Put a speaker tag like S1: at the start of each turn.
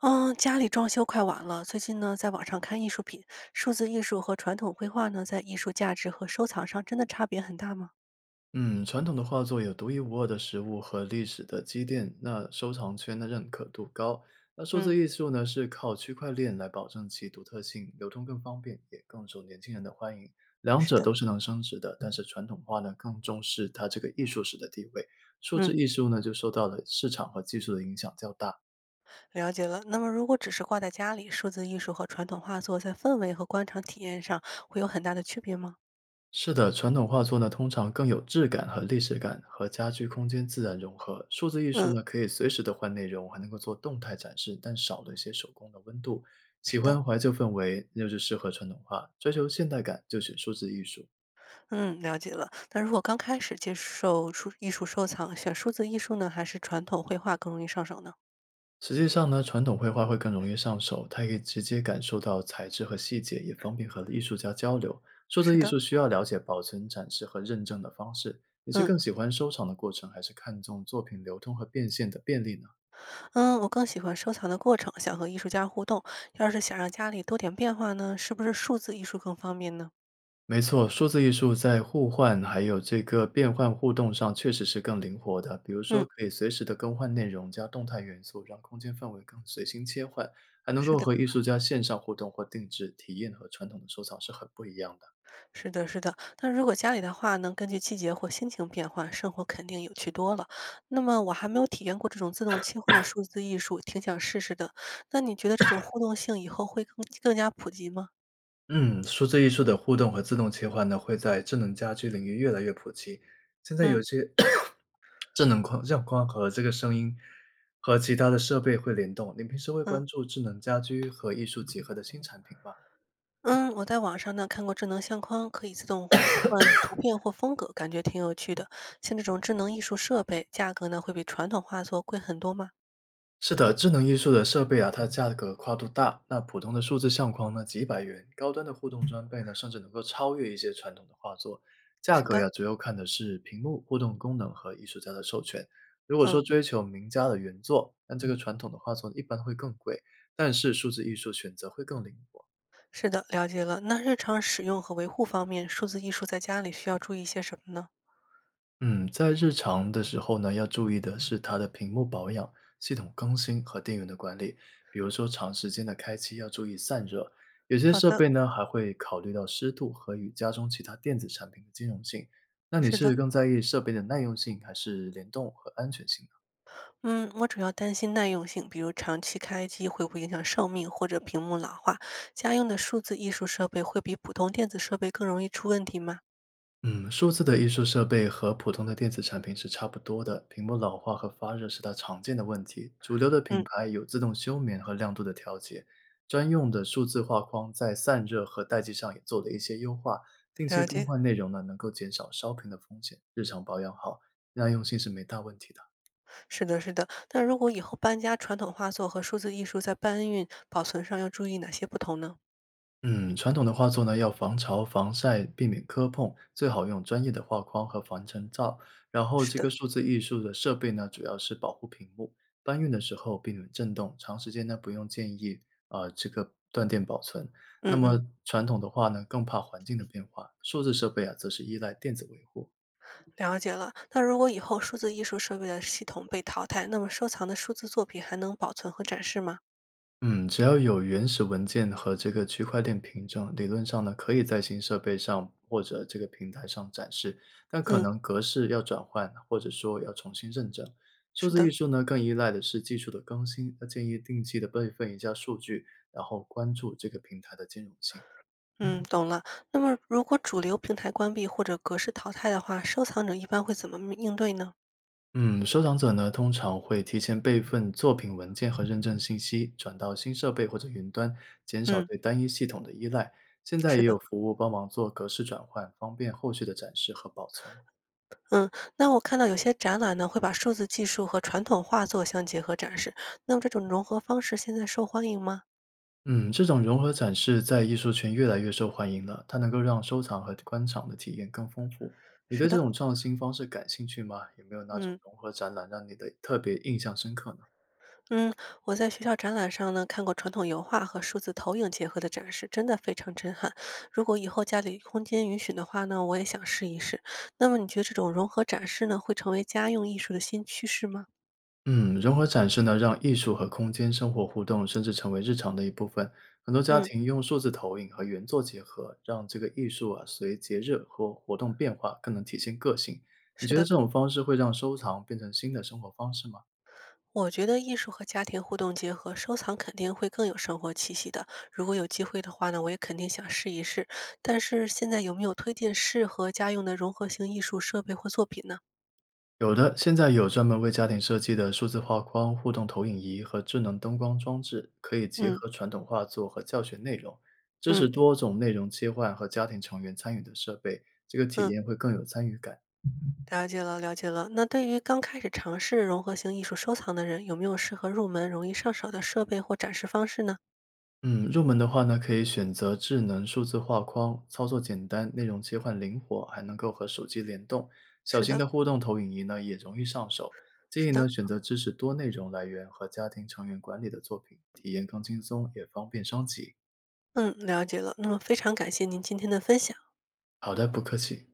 S1: 嗯，家里装修快完了，最近呢，在网上看艺术品，数字艺术和传统绘画呢，在艺术价值和收藏上真的差别很大吗？
S2: 嗯，传统的画作有独一无二的实物和历史的积淀，那收藏圈的认可度高。那数字
S1: 嗯，
S2: 艺术呢，是靠区块链来保证其独特性，流通更方便，也更受年轻人的欢迎。两
S1: 是
S2: 者
S1: 的，
S2: 都是能升值的，但是传统画呢，更重视它这个艺术史的地位，数字
S1: 嗯，
S2: 艺术呢，就受到了市场和技术的影响较大。
S1: 了解了。那么，如果只是挂在家里，数字艺术和传统画作在氛围和观赏体验上会有很大的区别吗？
S2: 是的，传统画作呢，通常更有质感和历史感，和家居空间自然融合。数字艺术
S1: 嗯，
S2: 呢，可以随时的换内容，还能够做动态展示，但少了一些手工的温度。喜
S1: 是的，
S2: 欢怀旧氛围，那就适合传统画；追求现代感，就选数字艺术。
S1: 嗯，了解了。那如果刚开始接受数艺术收藏，选数字艺术呢，还是传统绘画更容易上手呢？
S2: 实际上呢，传统绘画会更容易上手，它可以直接感受到材质和细节，也方便和艺术家交流。数字
S1: 是
S2: 艺
S1: 的。
S2: 术需要了解保存、展示和认证的方式。你是
S1: 嗯。
S2: 更喜欢收藏的过程，还是看重作品流通和变现的便利呢？
S1: 嗯，我更喜欢收藏的过程，想和艺术家互动。要是想让家里多点变化呢，是不是数字艺术更方便呢？
S2: 没错，数字艺术在互换还有这个变换互动上确实是更灵活的。比如说，
S1: 嗯，
S2: 可以随时的更换内容，加动态元素，让空间氛围更随心切换，还能
S1: 是
S2: 够
S1: 的，
S2: 和艺术家线上互动或定制，体验和传统的收藏是很不一样的。
S1: 是的，是的。那如果家里的话能根据季节或心情变换，生活肯定有趣多了。那么我还没有体验过这种自动切换的数字艺术，挺想试试的。那你觉得这种互动性以后会更加普及吗？
S2: 嗯，数字艺术的互动和自动切换呢，会在智能家居领域越来越普及。现在有
S1: 嗯
S2: 些 智能框相框和这个声音和其他的设备会联动。你平时会
S1: 嗯。
S2: 关注智能家居和艺术结合的新产品吗？
S1: 嗯，我在网上呢看过智能相框，可以自动互换图片或风格，感觉挺有趣的。像这种智能艺术设备，价格呢会比传统画作贵很多吗？
S2: 是的，智能艺术的设备啊，它价格跨度大。那普通的数字相框呢，几百元；高端的互动装备呢，甚至能够超越一些传统的画作。价
S1: 是
S2: 格
S1: 的，
S2: 呀，主要看的是屏幕互动功能和艺术家的授权。如果说
S1: 嗯，
S2: 追求名家的原作，那这个传统的画作一般会更贵，但是数字艺术选择会更灵活。
S1: 是的，了解了。那日常使用和维护方面，数字艺术在家里需要注意些什么呢？
S2: 嗯，在日常的时候呢，要注意的是它的屏幕保养、系统更新和电源的管理。比如说，长时间的开机要注意散热。有些
S1: 好
S2: 设
S1: 的，
S2: 备呢，还会考虑到湿度和与家中其他电子产品的兼容性。那你
S1: 是
S2: 是
S1: 的，
S2: 更在意设备的耐用性，还是联动和安全性呢？
S1: 嗯，我主要担心耐用性，比如长期开机会不会影响寿命或者屏幕老化。家用的数字艺术设备会比普通电子设备更容易出问题吗？
S2: 嗯，数字的艺术设备和普通的电子产品是差不多的，屏幕老化和发热是它常见的问题。主流的品
S1: 嗯，
S2: 牌有自动休眠和亮度的调节，专用的数字画框在散热和待机上也做了一些优化。定期
S1: 了
S2: 更
S1: 解。
S2: 换内容呢，能够减少烧屏的风险。日常保养好，耐用性是没大问题的。
S1: 是的，是的。那如果以后搬家，传统画作和数字艺术在搬运、保存上要注意哪些不同呢？
S2: 嗯，传统的画作呢，要防潮、防晒，避免磕碰，最好用专业的画框和防尘罩。然后，
S1: 是
S2: 这个
S1: 的，
S2: 数字艺术的设备呢，主要是保护屏幕，搬运的时候避免震动，长时间呢不用建议断电保存。那
S1: 嗯嗯，
S2: 么传统的话呢，更怕环境的变化，数字设备啊，则是依赖电子维护。
S1: 了解了。那如果以后数字艺术设备的系统被淘汰，那么收藏的数字作品还能保存和展示吗？
S2: 嗯，只要有原始文件和这个区块链凭证，理论上呢，可以在新设备上或者这个平台上展示，但可
S1: 嗯，
S2: 能格式要转换，或者说要重新认证。数
S1: 是
S2: 字艺
S1: 的，
S2: 术呢，更依赖的是技术的更新，那建议定期的备份一下数据，然后关注这个平台的兼容性。
S1: 嗯，懂了。那么如果主流平台关闭或者格式淘汰的话，收藏者一般会怎么面应对呢？
S2: 嗯，收藏者呢通常会提前备份作品文件和认证信息，转到新设备或者云端，减少
S1: 嗯，
S2: 对单一系统的依赖。现在也
S1: 是的，
S2: 有服务帮忙做格式转换，方便后续的展示和保存。
S1: 嗯，那我看到有些展览呢，会把数字技术和传统画作相结合展示，那么这种融合方式现在受欢迎吗？
S2: 嗯，这种融合展示在艺术圈越来越受欢迎了，它能够让收藏和观赏的体验更丰富。你对
S1: 是
S2: 这
S1: 的，
S2: 种创新方式感兴趣吗？有没有哪种
S1: 嗯
S2: 融合展览让你的特别印象深刻呢？
S1: 嗯，我在学校展览上呢，看过传统油画和数字投影结合的展示，真的非常震撼。如果以后家里空间允许的话呢，我也想试一试。那么你觉得这种融合展示呢，会成为家用艺术的新趋势吗？
S2: 嗯，如何展示呢，让艺术和空间生活互动，甚至成为日常的一部分。很多家
S1: 嗯，
S2: 庭用数字投影和原作结合，让这个艺术啊随节日和活动变化，更能体现个性。你
S1: 是
S2: 觉得
S1: 的。
S2: 这种方式会让收藏变成新的生活方式吗？
S1: 我觉得艺术和家庭互动结合，收藏肯定会更有生活气息的。如果有机会的话呢，我也肯定想试一试。但是现在有没有推荐适合家用的融合型艺术设备或作品呢？
S2: 有的，现在有专门为家庭设计的数字画框、互动投影仪和智能灯光装置，可以结
S1: 嗯
S2: 合传统画作和教学内容，支持
S1: 嗯
S2: 多种内容切换和家庭成员参与的设备，这个体
S1: 嗯。
S2: 验会更有参与感。
S1: 了解了，了解了。那对于刚开始尝试融合型艺术收藏的人，有没有适合入门、容易上手的设备或展示方式呢？
S2: 嗯，入门的话呢，可以选择智能数字画框，操作简单，内容切换灵活，还能够和手机联动。小
S1: 是
S2: 型
S1: 的，
S2: 的互动投影仪呢，也容易上手。建
S1: 是
S2: 议
S1: 的，
S2: 呢，选择支持多内容来源和家庭成员管理的作品，体验更轻松，也方便升级。
S1: 嗯，了解了。那么非常感谢您今天的分享。
S2: 好的，不客气。